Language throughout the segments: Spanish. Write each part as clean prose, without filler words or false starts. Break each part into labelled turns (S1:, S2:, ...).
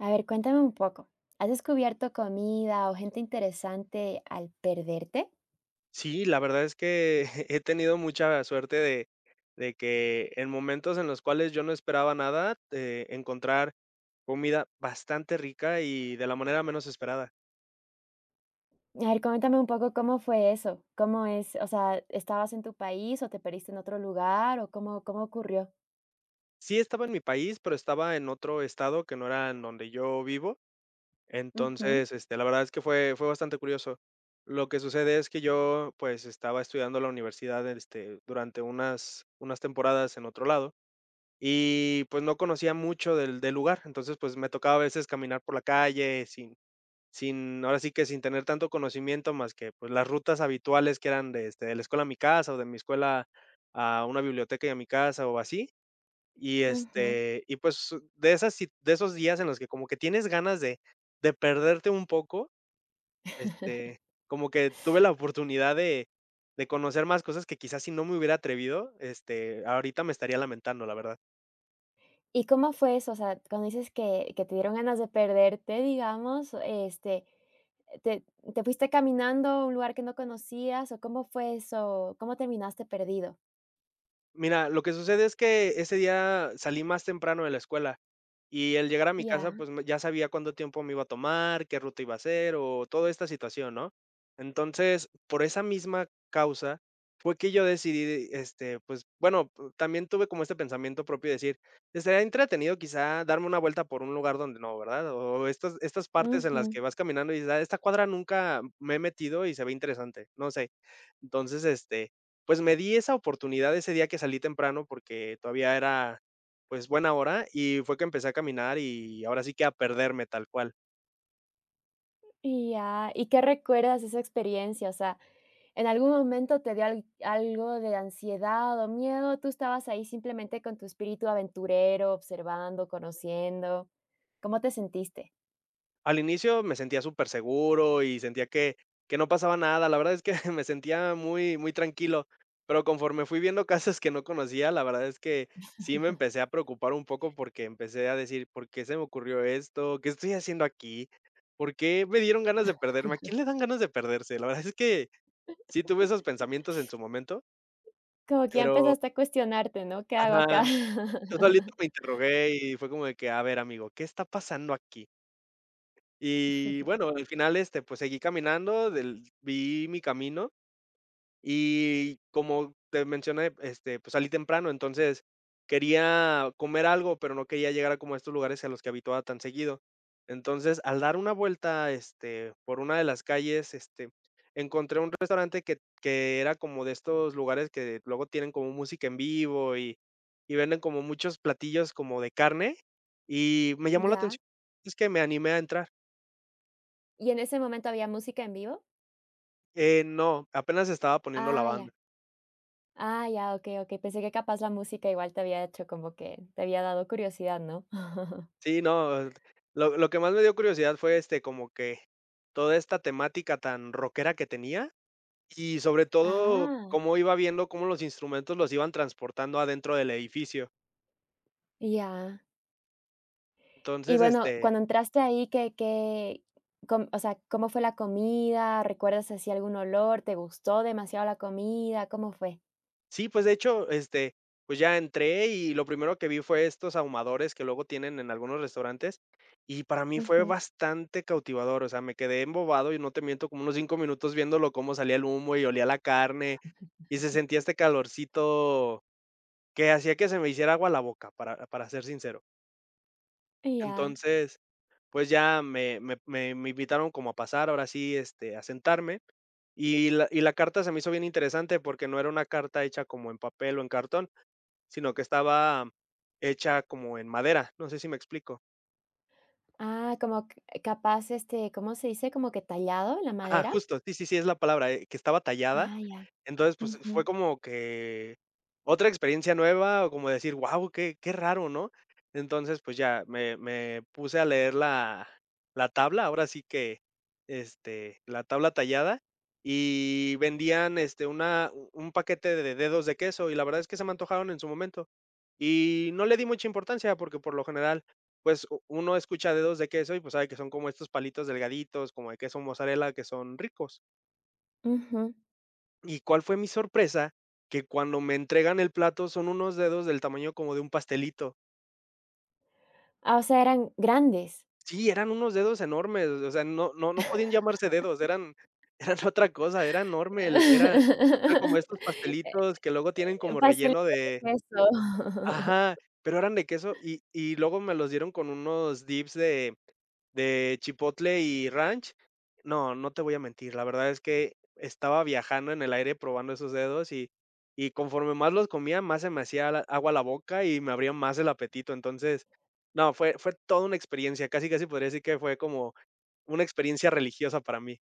S1: A ver, cuéntame un poco. ¿Has descubierto comida o gente interesante al perderte?
S2: Sí, la verdad es que he tenido mucha suerte de que en momentos en los cuales yo no esperaba nada, encontrar comida bastante rica y de la manera menos esperada.
S1: A ver, coméntame un poco cómo fue eso. ¿Cómo es? O sea, ¿estabas en tu país o te perdiste en otro lugar o cómo ocurrió?
S2: Sí estaba en mi país, pero estaba en otro estado que no era en donde yo vivo.
S1: Ujú,
S2: Entonces, la verdad es que fue bastante curioso. Lo que sucede es que yo, pues, estaba estudiando la universidad, durante unas temporadas en otro lado. Y, pues, no conocía mucho del lugar, entonces, pues, me tocaba a veces caminar por la calle sin ahora sí que sin tener tanto conocimiento más que, pues, las rutas habituales que eran de, de la escuela a mi casa o de mi escuela a una biblioteca y a mi casa o así. Y,
S1: ujú.
S2: y pues, de esas si de esos días en los que como que tienes ganas de perderte un poco, este, como que tuve la oportunidad de conocer más cosas que quizás si no me hubiera atrevido, ahorita me estaría lamentando, la verdad.
S1: ¿Y cómo fue eso? O sea, cuando dices que te dieron ganas de perderte, digamos, este, te, ¿te fuiste caminando a un lugar que no conocías o cómo fue eso? ¿Cómo terminaste perdido?
S2: Mira, lo que sucede es que ese día salí más temprano de la escuela, y el llegar a mi casa,
S1: Ya.
S2: pues, me ya sabía cuánto tiempo me iba a tomar, qué ruta iba a hacer, o toda esta situación, ¿no? Entonces, por esa misma causa, fue que yo decidí, pues, bueno, también tuve como este pensamiento propio de decir: "Estaría entretenido quizá darme una vuelta por un lugar donde no, ¿verdad? O estas partes en las
S1: Ujú.
S2: que vas caminando y dices: "A esta cuadra nunca me he metido y se ve interesante", no sé. Entonces, pues, me di esa oportunidad ese día que salí temprano porque todavía era pues, buena hora, y fue que empecé a caminar, y ahora sí que a perderme tal cual.
S1: Y ya, ¿y qué recuerdas de esa experiencia? O sea, ¿en algún momento te dio al algo de ansiedad o miedo? ¿Tú estabas ahí simplemente con tu espíritu aventurero, observando, conociendo? ¿Cómo te sentiste?
S2: Al inicio me sentía súper seguro y sentía que no pasaba nada, la verdad es que me sentía muy muy tranquilo, pero conforme fui viendo casas que no conocía, la verdad es que sí me empecé a preocupar un poco porque empecé a decir: "¿Por qué se me ocurrió esto? ¿Qué estoy haciendo aquí? ¿Por qué me dieron ganas de perderme? ¿A quién le dan ganas de perderse?". La verdad es que sí tuve esos pensamientos en su momento,
S1: Como que ya
S2: pero
S1: empezaste a cuestionarte, ¿no? ¿Qué hago acá?
S2: ajá. Yo solito me interrogué y fue como de que, a ver, amigo, ¿qué está pasando aquí? Y bueno, al final, pues seguí caminando, del vi mi camino y como te mencioné, pues salí temprano, entonces quería comer algo, pero no quería llegar a como a estos lugares a los que habituaba tan seguido. Entonces, al dar una vuelta, por una de las calles, encontré un restaurante que era como de estos lugares que luego tienen como música en vivo y venden como muchos platillos como de carne. Y me llamó la
S1: Ya,
S2: atención, es que me animé a entrar.
S1: ¿y en ese momento había música en vivo?
S2: No, apenas estaba poniendo la
S1: Ah, ya.
S2: banda.
S1: Ah, ya, okey, okey. Pensé que capaz la música igual te había hecho como que te había dado curiosidad, ¿no?
S2: Sí, no, lo que más me dio curiosidad fue, como que toda esta temática tan rockera que tenía y, sobre todo,
S1: Ah,
S2: cómo iba viendo cómo los instrumentos los iban transportando adentro del edificio.
S1: ya. Y
S2: Entonces,
S1: bueno, cuando entraste ahí, ¿qué qué? Com O sea, ¿cómo fue la comida? ¿Recuerdas así algún olor? ¿Te gustó demasiado la comida? ¿Cómo fue?
S2: sí, pues, de hecho, pues, ya entré y lo primero que vi fue estos ahumadores que luego tienen en algunos restaurantes, y para mí fue
S1: Ujú.
S2: bastante cautivador, o sea, me quedé embobado y no te miento como unos 5 minutos viéndolo cómo salía el humo y olía la carne, y se sentía este calorcito que hacía que se me hiciera agua la boca, para ser sincero.
S1: Ya.
S2: Entonces, pues ya me invitaron como a pasar, ahora sí, a sentarme, y la carta se me hizo bien interesante, porque no era una carta hecha como en papel o en cartón, sino que estaba hecha como en madera, no sé si me explico.
S1: Ah, como c capaz, este, ¿cómo se dice? ¿Como que tallado en la
S2: Ajá,
S1: madera?
S2: justo, sí, sí, sí, es la palabra, que estaba tallada.
S1: Ah, ya.
S2: Entonces, pues, fue
S1: Ujú,
S2: como que otra experiencia nueva, o como decir: "wow, qué qué raro", ¿no? Entonces, pues ya me puse a leer la tabla, ahora sí que, la tabla tallada, y vendían, una u un paquete de dedos de queso, y la verdad es que se me antojaron en su momento. Y no le di mucha importancia, porque por lo general, pues, u uno escucha dedos de queso y, pues, sabe que son como estos palitos delgaditos, como de queso mozzarella, que son ricos.
S1: ujú.
S2: ¿Y cuál fue mi sorpresa? Que cuando me entregan el plato son unos dedos del tamaño como de un pastelito.
S1: Ah, o sea, eran grandes.
S2: Sí, eran unos dedos enormes, o sea, no podían llamarse dedos, eran eran otra cosa, era enorme, el era era como estos
S1: Eh,
S2: pastelitos que luego tienen
S1: eh,
S2: como relleno
S1: pastelitos de
S2: de
S1: queso.
S2: ajá, pero eran de queso y luego me los dieron con unos dips de chipotle y ranch. No, no te voy a mentir, la verdad es que estaba viajando en el aire probando esos dedos y conforme más los comía, más se me hacía la agua la boca y me abría más el apetito. Entonces, no, fue toda una experiencia, casi, casi podría decir que fue como una experiencia religiosa para mí.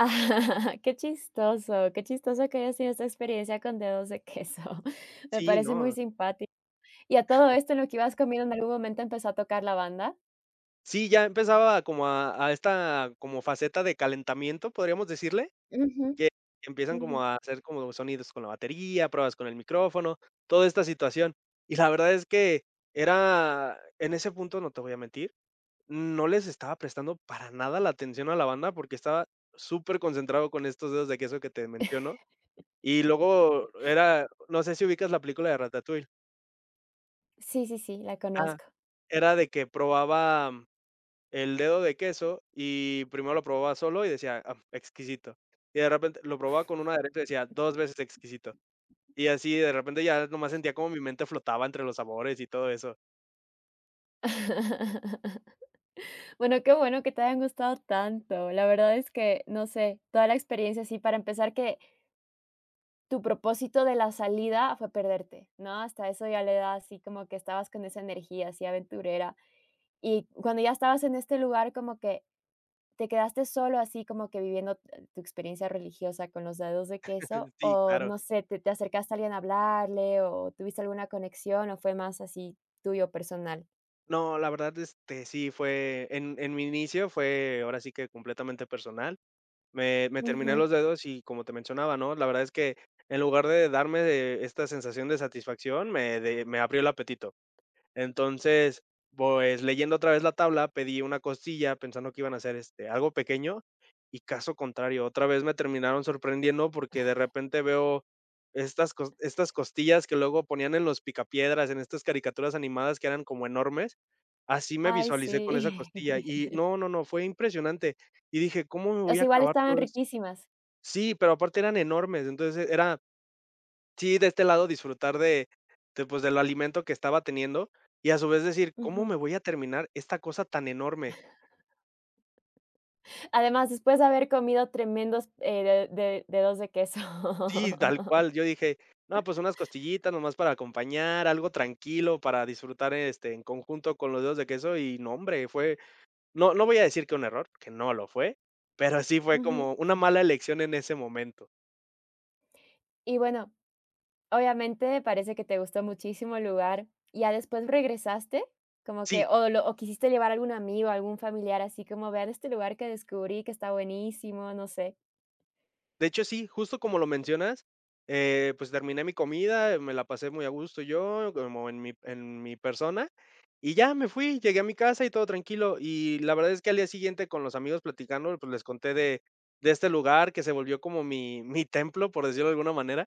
S1: Ah, qué chistoso que hayas tenido esta experiencia con dedos de queso. Me
S2: Sí,
S1: parece muy
S2: no.
S1: simpático. ¿Y a todo esto, en lo que ibas comiendo, en algún momento empezó a tocar la banda?
S2: Sí, ya empezaba como a esta como faceta de calentamiento, podríamos decirle.
S1: Ujú,
S2: Que empiezan
S1: ujú.
S2: como a hacer como sonidos con la batería, pruebas con el micrófono, toda esta situación. Y la verdad es que era en ese punto, no te voy a mentir, no les estaba prestando para nada la atención a la banda porque estaba súper concentrado con estos dedos de queso que te menciono. Y luego era, no sé si ubicas la película de Ratatouille.
S1: Sí, sí, sí, la
S2: Ah,
S1: conozco.
S2: era de que probaba el dedo de queso y primero lo probaba solo y decía: "Ah, exquisito". Y de repente lo probaba con una derecha y decía: "dos veces exquisito". Y así de repente ya nomás sentía como mi mente flotaba entre los sabores y todo eso.
S1: Bueno, qué bueno que te hayan gustado tanto. La verdad es que, no sé, toda la experiencia, sí, para empezar, que tu propósito de la salida fue perderte, ¿no? Hasta eso ya le da así como que estabas con esa energía así aventurera. Y cuando ya estabas en este lugar, como que ¿te quedaste solo así como que viviendo t tu experiencia religiosa con los dedos de queso?
S2: Sí,
S1: O
S2: claro.
S1: no sé, ¿te acercaste a alguien a hablarle o tuviste alguna conexión o fue más así tuyo personal?
S2: No, la verdad, sí fue en mi inicio fue ahora sí que completamente personal. Me terminé
S1: Ujú.
S2: los dedos y como te mencionaba, ¿no? La verdad es que en lugar de darme de esta sensación de satisfacción, me abrió el apetito. Entonces, pues, leyendo otra vez la tabla, pedí una costilla pensando que iban a hacer, algo pequeño, y caso contrario, otra vez me terminaron sorprendiendo, porque de repente veo estas costillas que luego ponían en los picapiedras, en estas caricaturas animadas que eran como enormes, así me
S1: Ay,
S2: visualicé con esa
S1: sí.
S2: costilla, y no, no, no, fue impresionante, y dije: "¿Cómo me
S1: O
S2: voy
S1: sea,
S2: a
S1: igual
S2: acabar
S1: estaban
S2: todo esto?".
S1: riquísimas.
S2: Sí, pero aparte eran enormes, entonces era sí, de este lado disfrutar de pues, del alimento que estaba teniendo, y a su vez decir: "¿Cómo
S1: Ujú.
S2: me voy a terminar esta cosa tan enorme?".
S1: Además, después de haber comido tremendos, de dedos de queso.
S2: Sí, tal cual, yo dije: "No, pues unas costillitas nomás para acompañar, algo tranquilo para disfrutar, en conjunto con los dedos de queso", y no, hombre, fue no voy a decir que un error, que no lo fue, pero sí fue
S1: Ujú.
S2: como una mala elección en ese momento.
S1: Y bueno, obviamente parece que te gustó muchísimo el lugar, ¿y ya después regresaste? Como
S2: Sí.
S1: que o quisiste llevar a algún amigo, algún familiar, así como: "Vean este lugar que descubrí, que está buenísimo", no sé.
S2: De hecho, sí, justo como lo mencionas, pues terminé mi comida, me la pasé muy a gusto yo, como en mi persona, y ya me fui, llegué a mi casa y todo tranquilo. Y la verdad es que al día siguiente con los amigos platicando, pues les conté de este lugar que se volvió como mi templo, por decirlo de alguna manera.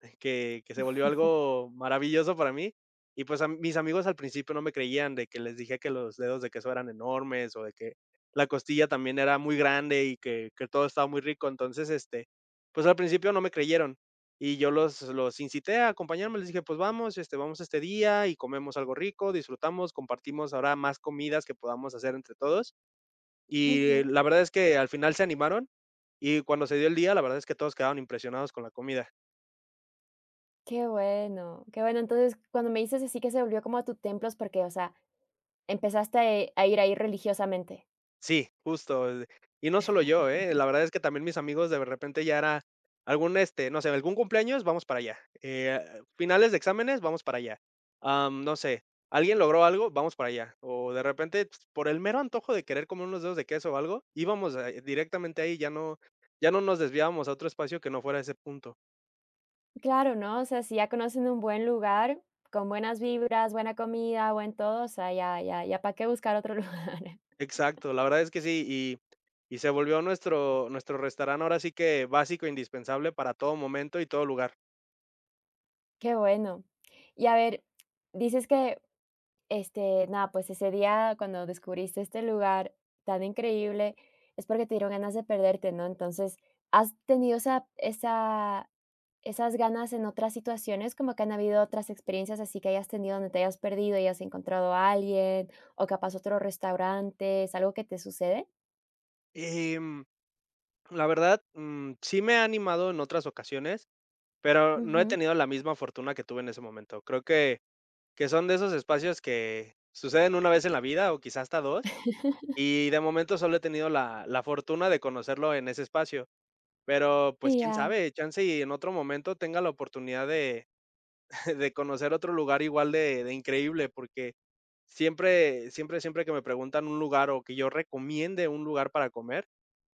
S2: que se volvió algo maravilloso para mí. Y, pues, a mis amigos al principio no me creían de que les dije que los dedos de queso eran enormes, o de que la costilla también era muy grande y que todo estaba muy rico. Entonces, pues, al principio no me creyeron, y yo los incité a acompañarme, les dije: "Pues vamos, vamos este día y comemos algo rico, disfrutamos, compartimos ahora más comidas que podamos hacer entre todos". Y
S1: Ujú.
S2: la verdad es que al final se animaron, y cuando se dio el día, la verdad es que todos quedaron impresionados con la comida.
S1: Qué bueno, qué bueno. Entonces, cuando me dices así que se volvió como a tu templo, es porque, o sea, empezaste a ir ahí religiosamente.
S2: Sí, justo, y no solo yo, ¿eh? La verdad es que también mis amigos de repente ya era algún, no sé, algún cumpleaños, vamos para allá, finales de exámenes, vamos para allá, no sé, alguien logró algo, vamos para allá, o de repente, pues, por el mero antojo de querer comer unos dedos de queso o algo, íbamos, directamente ahí, ya no ya no nos desviábamos a otro espacio que no fuera ese punto.
S1: Claro, ¿no? O sea, si ya conocen un buen lugar, con buenas vibras, buena comida, buen todo, o sea, ya para qué buscar otro lugar.
S2: Exacto, la verdad es que sí, y se volvió nuestro restaurante ahora sí que básico, indispensable para todo momento y todo lugar.
S1: Qué bueno. Y a ver, dices que este, nada, pues ese día cuando descubriste este lugar tan increíble, es porque te dieron ganas de perderte, ¿no? Entonces, ¿has tenido esa esas ganas en otras situaciones? Como que han habido otras experiencias así que hayas tenido donde te hayas perdido y has encontrado a alguien, o capaz otro restaurante, ¿es algo que te sucede?
S2: Em La verdad, sí me ha animado en otras ocasiones, pero no he
S1: Ujú.
S2: tenido la misma fortuna que tuve en ese momento. Creo que son de esos espacios que suceden una vez en la vida o quizás hasta 2, y de momento solo he tenido la fortuna de conocerlo en ese espacio, pero, pues,
S1: Y
S2: quién
S1: ya.
S2: sabe, chance y en otro momento tenga la oportunidad de de conocer otro lugar igual de increíble, porque siempre que me preguntan un lugar o que yo recomiende un lugar para comer,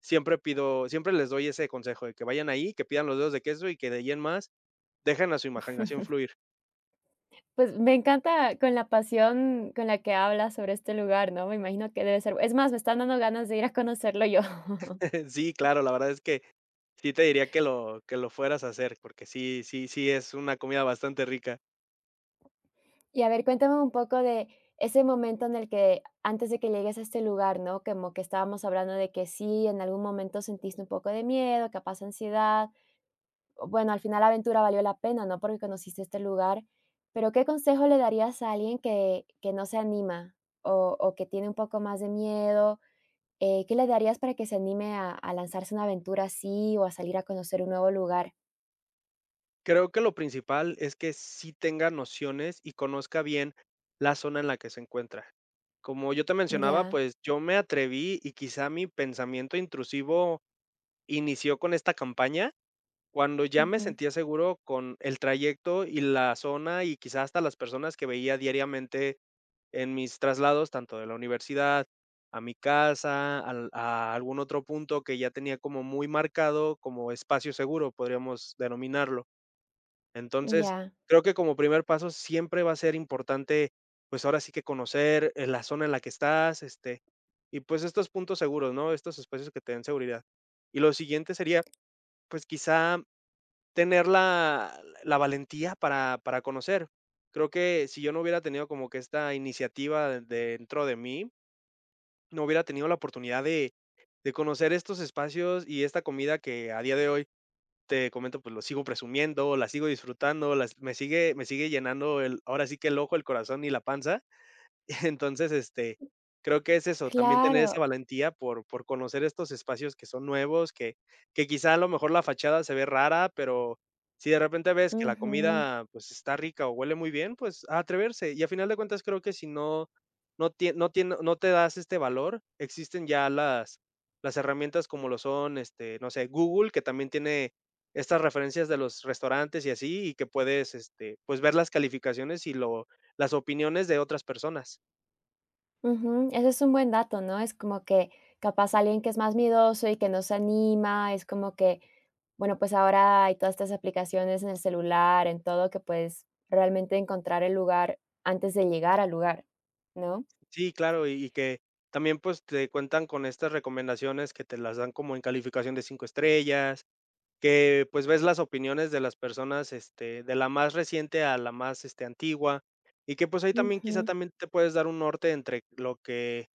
S2: siempre les doy ese consejo de que vayan ahí, que pidan los dedos de queso y que de ahí en más dejen a su imaginación fluir.
S1: Pues me encanta con la pasión con la que hablas sobre este lugar, ¿no? Me imagino que debe ser, es más, me están dando ganas de ir a conocerlo yo.
S2: Sí, claro, la verdad es que sí te diría que lo fueras a hacer, porque sí es una comida bastante rica.
S1: Y a ver, cuéntame un poco de ese momento en el que antes de que llegues a este lugar, ¿no? Como que estábamos hablando de que sí, en algún momento sentiste un poco de miedo, capaz ansiedad. O Bueno, al final la aventura valió la pena, ¿no? Porque conociste este lugar. Pero ¿qué consejo le darías a alguien que no se anima o que tiene un poco más de miedo? ¿Qué le darías para que se anime a lanzarse una aventura así o a salir a conocer un nuevo lugar?
S2: Creo que lo principal es que sí tenga nociones y conozca bien la zona en la que se encuentra. Como yo te mencionaba,
S1: Ya,
S2: pues, yo me atreví y quizá mi pensamiento intrusivo inició con esta campaña, cuando ya me
S1: ujú,
S2: sentía seguro con el trayecto y la zona, y quizás hasta las personas que veía diariamente en mis traslados, tanto de la universidad a mi casa, al a algún otro punto que ya tenía como muy marcado como espacio seguro, podríamos denominarlo. Entonces,
S1: ya,
S2: creo que como primer paso siempre va a ser importante, pues, ahora sí que conocer, la zona en la que estás, este, y pues estos puntos seguros, ¿no? Estos espacios que te den seguridad. Y lo siguiente sería, pues, quizá tener la valentía para conocer. Creo que si yo no hubiera tenido como que esta iniciativa dentro de mí, no hubiera tenido la oportunidad de conocer estos espacios y esta comida que a día de hoy, te comento, pues, lo sigo presumiendo, la sigo disfrutando, las me sigue llenando el ahora sí que el ojo, el corazón y la panza. Entonces, este, creo que es eso, también tener
S1: claro.
S2: esa valentía por conocer estos espacios que son nuevos, que quizá a lo mejor la fachada se ve rara, pero si de repente ves que la
S1: Ujú.
S2: comida, pues, está rica o huele muy bien, pues, a atreverse. Y a final de cuentas, creo que si no no tie no tie no te das este valor, existen ya las herramientas como lo son, este, no sé, Google, que también tiene estas referencias de los restaurantes y así, y que puedes, este, pues, ver las calificaciones y lo las opiniones de otras personas.
S1: Ujú, ese es un buen dato, ¿no? Es como que capaz alguien que es más miedoso y que no se anima, es como que, bueno, pues ahora hay todas estas aplicaciones en el celular, en todo, que puedes realmente encontrar el lugar antes de llegar al lugar, ¿no?
S2: Sí, claro, y que también, pues, te cuentan con estas recomendaciones que te las dan como en calificación de 5 estrellas, que, pues, ves las opiniones de las personas, este, de la más reciente a la más, este, antigua, y que, pues, ahí también quizá
S1: Ujú,
S2: también te puedes dar un norte entre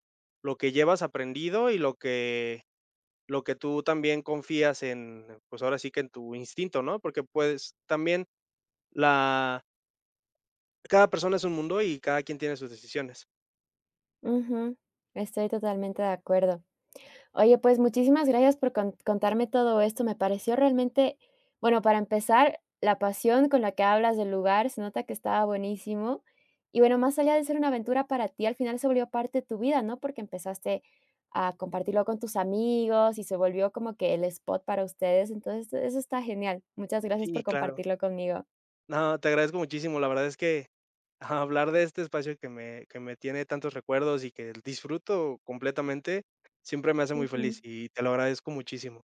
S2: lo que llevas aprendido y lo que tú también confías en, pues, ahora sí que en tu instinto, ¿no? Porque, pues, también la cada persona es un mundo y cada quien tiene sus decisiones.
S1: ujú, estoy totalmente de acuerdo. Oye, pues muchísimas gracias por contarme todo esto. Me pareció realmente, bueno, para empezar, la pasión con la que hablas del lugar, se nota que estaba buenísimo. Y bueno, más allá de ser una aventura para ti, al final se volvió parte de tu vida, ¿no? Porque empezaste a compartirlo con tus amigos y se volvió como que el spot para ustedes. Entonces, eso está genial. Muchas gracias por
S2: Sí, claro.
S1: compartirlo conmigo.
S2: No, te agradezco muchísimo. La verdad es que ajá, hablar de este espacio que me tiene tantos recuerdos y que disfruto completamente, siempre me hace muy
S1: Ujú.
S2: feliz y te lo agradezco muchísimo.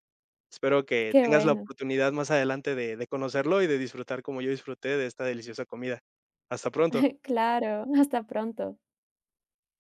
S2: Espero que
S1: Qué
S2: tengas la
S1: bueno.
S2: oportunidad más adelante de conocerlo y de disfrutar como yo disfruté de esta deliciosa comida. Hasta pronto.
S1: Claro. Hasta pronto.